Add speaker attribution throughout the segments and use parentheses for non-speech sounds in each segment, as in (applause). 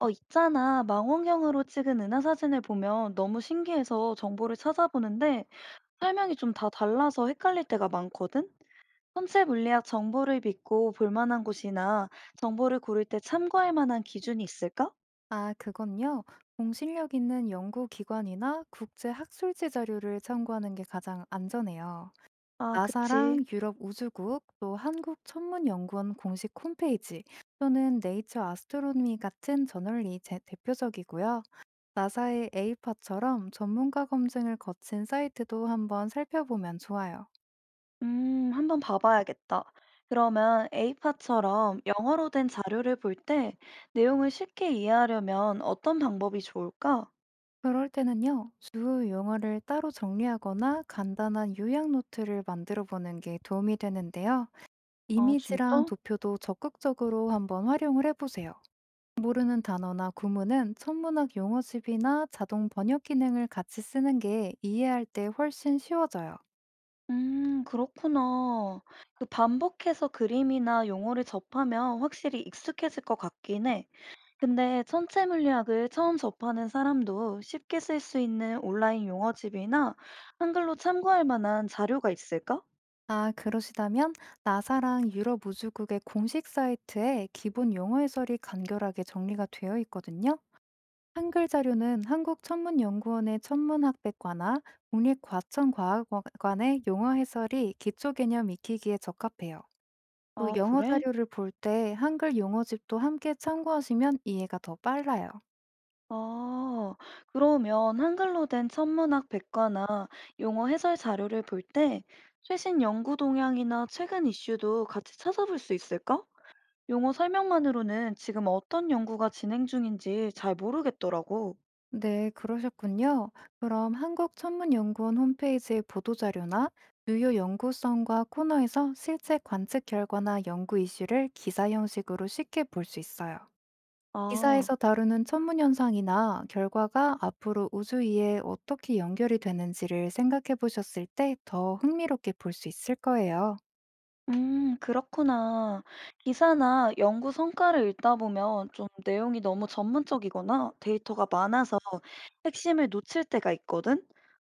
Speaker 1: 있잖아. 망원경으로 찍은 은하사진을 보면 너무 신기해서 정보를 찾아보는데 설명이 좀 다 달라서 헷갈릴 때가 많거든? 천체 물리학 정보를 믿고 볼 만한 곳이나 정보를 고를 때 참고할 만한 기준이 있을까?
Speaker 2: 아, 그건요. 공신력 있는 연구기관이나 국제 학술지 자료를 참고하는 게 가장 안전해요.
Speaker 1: 아, 그치.
Speaker 2: 나사랑 유럽 우주국 또 한국 천문연구원 공식 홈페이지 또는 네이처 아스트로노미 같은 저널이 대표적이고요. 나사의 에이파처럼 전문가 검증을 거친 사이트도 한번 살펴보면 좋아요.
Speaker 1: 한번 봐봐야겠다. 그러면 에이파처럼 영어로 된 자료를 볼 때 내용을 쉽게 이해하려면 어떤 방법이 좋을까?
Speaker 2: 그럴 때는요, 주 용어를 따로 정리하거나 간단한 요약 노트를 만들어 보는 게 도움이 되는데요.
Speaker 1: 아,
Speaker 2: 이미지랑
Speaker 1: 진짜?
Speaker 2: 도표도 적극적으로 한번 활용을 해보세요. 모르는 단어나 구문은 천문학 용어집이나 자동 번역 기능을 같이 쓰는 게 이해할 때 훨씬 쉬워져요.
Speaker 1: 그렇구나. 그 반복해서 그림이나 용어를 접하면 확실히 익숙해질 것 같긴 해. 근데 천체 물리학을 처음 접하는 사람도 쉽게 쓸 수 있는 온라인 용어집이나 한글로 참고할 만한 자료가 있을까?
Speaker 2: 아, 그러시다면 나사랑 유럽 우주국의 공식 사이트에 기본 용어 해설이 간결하게 정리가 되어 있거든요. 한글 자료는 한국천문연구원의 천문학백과나 국립과천과학관의 용어 해설이 기초 개념 익히기에 적합해요. 또
Speaker 1: 아,
Speaker 2: 영어
Speaker 1: 그래?
Speaker 2: 자료를 볼 때 한글 용어집도 함께 참고하시면 이해가 더 빨라요.
Speaker 1: 아, 그러면 한글로 된 천문학 백과나 용어 해설 자료를 볼 때 최신 연구 동향이나 최근 이슈도 같이 찾아볼 수 있을까? 용어 설명만으로는 지금 어떤 연구가 진행 중인지 잘 모르겠더라고.
Speaker 2: 네, 그러셨군요. 그럼 한국천문연구원 홈페이지의 보도자료나 유효 연구성과 코너에서 실제 관측 결과나 연구 이슈를 기사 형식으로 쉽게 볼 수 있어요.
Speaker 1: 아,
Speaker 2: 기사에서 다루는 천문현상이나 결과가 앞으로 우주 이해에 어떻게 연결이 되는지를 생각해 보셨을 때 더 흥미롭게 볼 수 있을 거예요.
Speaker 1: 그렇구나. 기사나 연구 성과를 읽다 보면 좀 내용이 너무 전문적이거나 데이터가 많아서 핵심을 놓칠 때가 있거든?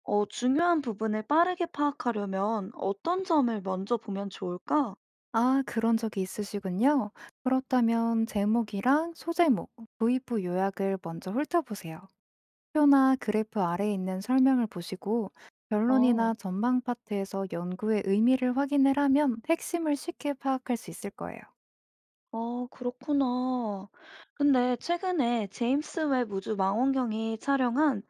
Speaker 1: 중요한 부분을 빠르게 파악하려면 어떤 점을 먼저 보면 좋을까?
Speaker 2: 아, 그런 적이 있으시군요. 그렇다면 제목이랑 소제목, 도입부 요약을 먼저 훑어보세요. 표나 그래프 아래에 있는 설명을 보시고 결론이나
Speaker 1: 어.
Speaker 2: 전망 파트에서 연구의 의미를 확인을 하면 핵심을 쉽게 파악할 수 있을 거예요.
Speaker 1: 아, 그렇구나. 근데 최근에 제임스 웹 우주 망원경이 촬영한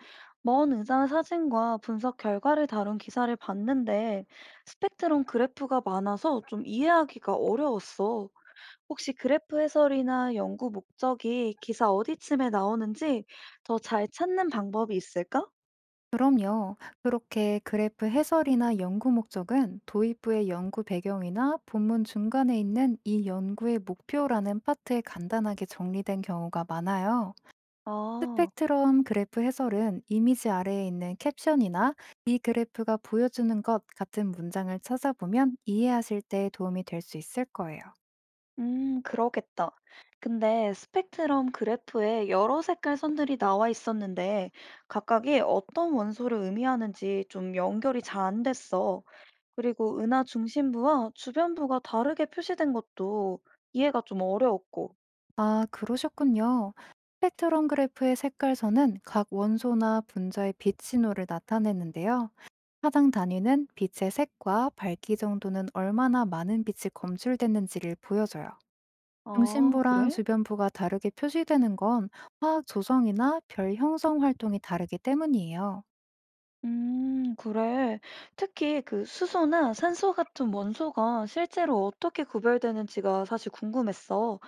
Speaker 1: 먼 의자 사진과 분석 결과를 다룬 기사를 봤는데 스펙트럼 그래프가 많아서 좀 이해하기가 어려웠어. 혹시 그래프 해설이나 연구 목적이 기사 어디쯤에 나오는지 더 잘 찾는 방법이 있을까?
Speaker 2: 그럼요. 그렇게 그래프 해설이나 연구 목적은 도입부의 연구 배경이나 본문 중간에 있는 이 연구의 목표라는 파트에 간단하게 정리된 경우가 많아요.
Speaker 1: 아.
Speaker 2: 스펙트럼 그래프 해설은 이미지 아래에 있는 캡션이나 이 그래프가 보여주는 것 같은 문장을 찾아보면 이해하실 때 도움이 될 수 있을 거예요.
Speaker 1: 그러겠다. 근데 스펙트럼 그래프에 여러 색깔 선들이 나와 있었는데 각각이 어떤 원소를 의미하는지 좀 연결이 잘 안 됐어. 그리고 은하 중심부와 주변부가 다르게 표시된 것도 이해가 좀 어려웠고.
Speaker 2: 아, 그러셨군요. 스펙트럼 그래프의 색깔선은 각 원소나 분자의 빛 신호를 나타내는데요. 하단 단위는 빛의 색과 밝기 정도는 얼마나 많은 빛이 검출됐는지를 보여줘요.
Speaker 1: 아,
Speaker 2: 중심부랑
Speaker 1: 그래?
Speaker 2: 주변부가 다르게 표시되는 건 화학 조성이나 별 형성 활동이 다르기 때문이에요.
Speaker 1: 그래. 특히 그 수소나 산소 같은 원소가 실제로 어떻게 구별되는지가 사실 궁금했어.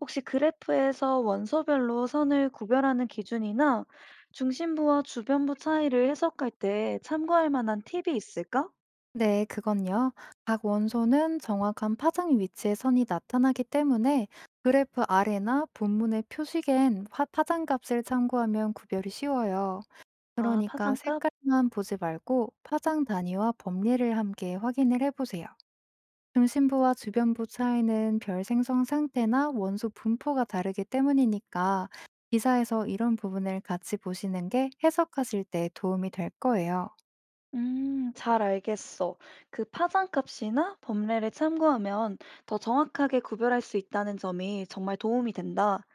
Speaker 1: 혹시 그래프에서 원소별로 선을 구별하는 기준이나 중심부와 주변부 차이를 해석할 때 참고할 만한 팁이 있을까?
Speaker 2: 네, 그건요. 각 원소는 정확한 파장 위치의 선이 나타나기 때문에 그래프 아래나 본문의 표식엔 파장 값을 참고하면 구별이 쉬워요.
Speaker 1: 아,
Speaker 2: 그러니까
Speaker 1: 파장값?
Speaker 2: 색깔만 보지 말고 파장 단위와 범례를 함께 확인을 해보세요. 중심부와 주변부 차이는 별 생성 상태나 원소 분포가 다르기 때문이니까 기사에서 이런 부분을 같이 보시는 게 해석하실 때 도움이 될 거예요.
Speaker 1: 잘 알겠어. 그 파장값이나 범례를 참고하면 더 정확하게 구별할 수 있다는 점이 정말 도움이 된다.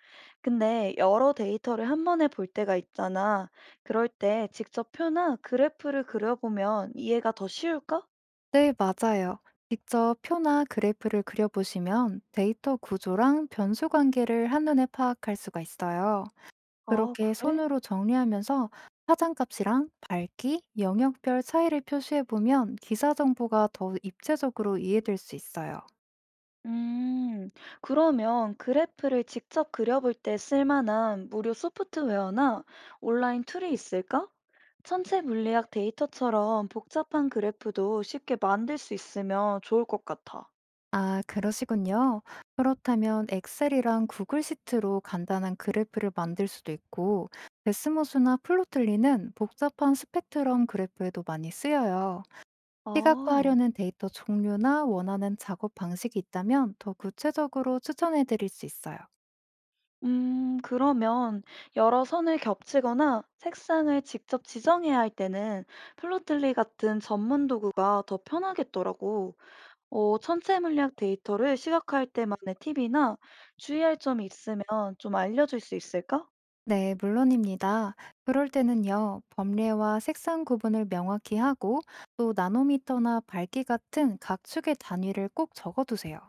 Speaker 1: 근데 여러 데이터를 한 번에 볼 때가 있잖아. 그럴 때 직접 표나 그래프를 그려보면 이해가 더 쉬울까?
Speaker 2: 네, 맞아요. 직접 표나 그래프를 그려보시면 데이터 구조랑 변수 관계를 한눈에 파악할 수가 있어요.
Speaker 1: 아,
Speaker 2: 그렇게
Speaker 1: 그래?
Speaker 2: 손으로 정리하면서 파장값이랑 밝기, 영역별 차이를 표시해보면 기사 정보가 더 입체적으로 이해될 수 있어요.
Speaker 1: 음, 그러면 그래프를 직접 그려볼 때 쓸만한 무료 소프트웨어나 온라인 툴이 있을까? 천체 물리학 데이터처럼 복잡한 그래프도 쉽게 만들 수 있으면 좋을 것 같아.
Speaker 2: 아, 그러시군요. 그렇다면 엑셀이랑 구글 시트로 간단한 그래프를 만들 수도 있고, 데스모스나 플로틀리는 복잡한 스펙트럼 그래프에도 많이 쓰여요.
Speaker 1: 아,
Speaker 2: 시각화하려는 데이터 종류나 원하는 작업 방식이 있다면 더 구체적으로 추천해 드릴 수 있어요.
Speaker 1: 그러면 여러 선을 겹치거나 색상을 직접 지정해야 할 때는 플로틀리 같은 전문 도구가 더 편하겠더라고. 천체 물리학 데이터를 시각화할 때만의 팁이나 주의할 점이 있으면 좀 알려줄 수 있을까?
Speaker 2: 네, 물론입니다. 그럴 때는요, 범례와 색상 구분을 명확히 하고 또 나노미터나 밝기 같은 각 축의 단위를 꼭 적어두세요.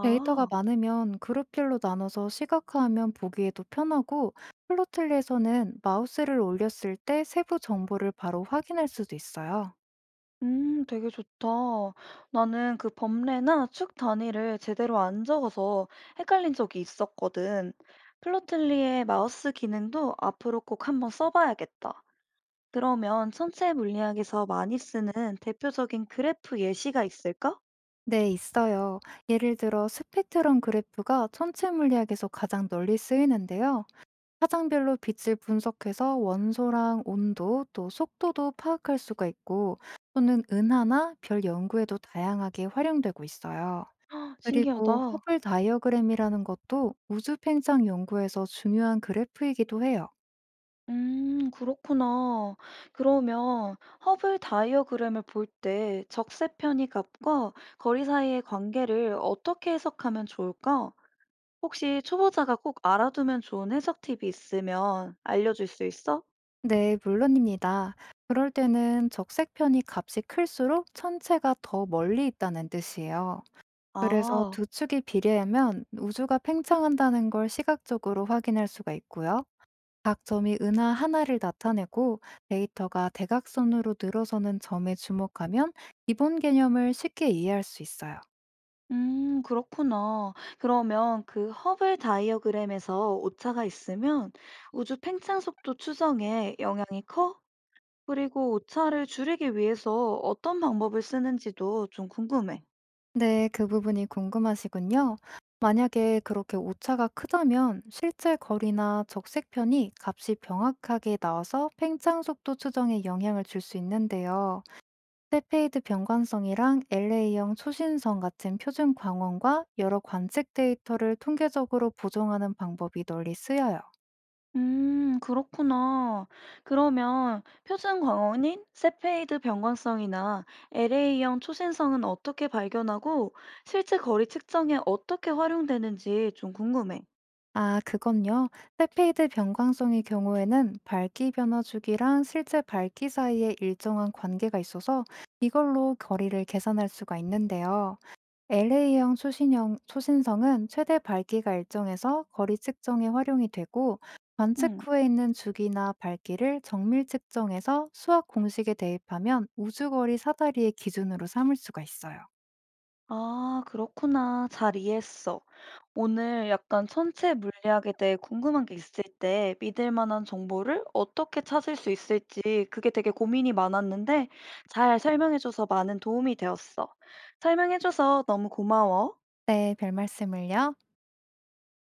Speaker 2: 데이터가 많으면 그룹별로 나눠서 시각화하면 보기에도 편하고 플로틀에서는 마우스를 올렸을 때 세부 정보를 바로 확인할 수도 있어요.
Speaker 1: 되게 좋다. 나는 그 범례나 축 단위를 제대로 안 적어서 헷갈린 적이 있었거든. 플로틀리의 마우스 기능도 앞으로 꼭 한번 써봐야겠다. 그러면 천체 물리학에서 많이 쓰는 대표적인 그래프 예시가 있을까?
Speaker 2: 네, 있어요. 예를 들어 스펙트럼 그래프가 천체 물리학에서 가장 널리 쓰이는데요. 파장별로 빛을 분석해서 원소랑 온도, 또 속도도 파악할 수가 있고, 또는 은하나 별 연구에도 다양하게 활용되고 있어요.
Speaker 1: (gasps) 헉,
Speaker 2: 그리고
Speaker 1: 신기하다.
Speaker 2: 허블 다이어그램이라는 것도 우주 팽창 연구에서 중요한 그래프이기도 해요.
Speaker 1: 그렇구나. 그러면 허블 다이어그램을 볼 때 적세 편이 값과 거리 사이의 관계를 어떻게 해석하면 좋을까? 혹시 초보자가 꼭 알아두면 좋은 해석 팁이 있으면 알려줄 수 있어?
Speaker 2: 네, 물론입니다. 그럴 때는 적색 편이 값이 클수록 천체가 더 멀리 있다는 뜻이에요. 그래서
Speaker 1: 아,
Speaker 2: 두 축이 비례하면 우주가 팽창한다는 걸 시각적으로 확인할 수가 있고요. 각 점이 은하 하나를 나타내고 데이터가 대각선으로 늘어서는 점에 주목하면 기본 개념을 쉽게 이해할 수 있어요.
Speaker 1: 그렇구나. 그러면 그 허블 다이어그램에서 오차가 있으면 우주 팽창 속도 추정에 영향이 커? 그리고 오차를 줄이기 위해서 어떤 방법을 쓰는지도 좀 궁금해.
Speaker 2: 네, 그 부분이 궁금하시군요. 만약에 그렇게 오차가 크다면 실제 거리나 적색편이 값이 명확하게 나와서 팽창 속도 추정에 영향을 줄 수 있는데요. 세페이드 변관성이랑 LA형 초신성 같은 표준 광원과 여러 관측 데이터를 통계적으로 보정하는 방법이 널리 쓰여요.
Speaker 1: 그렇구나. 그러면 표준 광원인, 세페이드 변광성이나 LA형 초신성은 어떻게 발견하고 실제 거리 측정에 어떻게 활용되는지 좀 궁금해.
Speaker 2: 아, 그건요. 세페이드 변광성의 경우에는 밝기 변화 주기랑 실제 밝기 사이에 일정한 관계가 있어서 이걸로 거리를 계산할 수가 있는데요. LA형 초신형, 초신성은 최대 밝기가 일정해서 거리 측정에 활용이 되고 관측
Speaker 1: 응.
Speaker 2: 후에 있는 주기나 밝기를 정밀 측정해서 수학 공식에 대입하면 우주거리 사다리의 기준으로 삼을 수가 있어요.
Speaker 1: 아, 그렇구나. 잘 이해했어. 오늘 약간 천체 물리학에 대해 궁금한 게 있을 때 믿을 만한 정보를 어떻게 찾을 수 있을지 그게 되게 고민이 많았는데 잘 설명해줘서 많은 도움이 되었어. 설명해줘서 너무 고마워.
Speaker 2: 네, 별 말씀을요.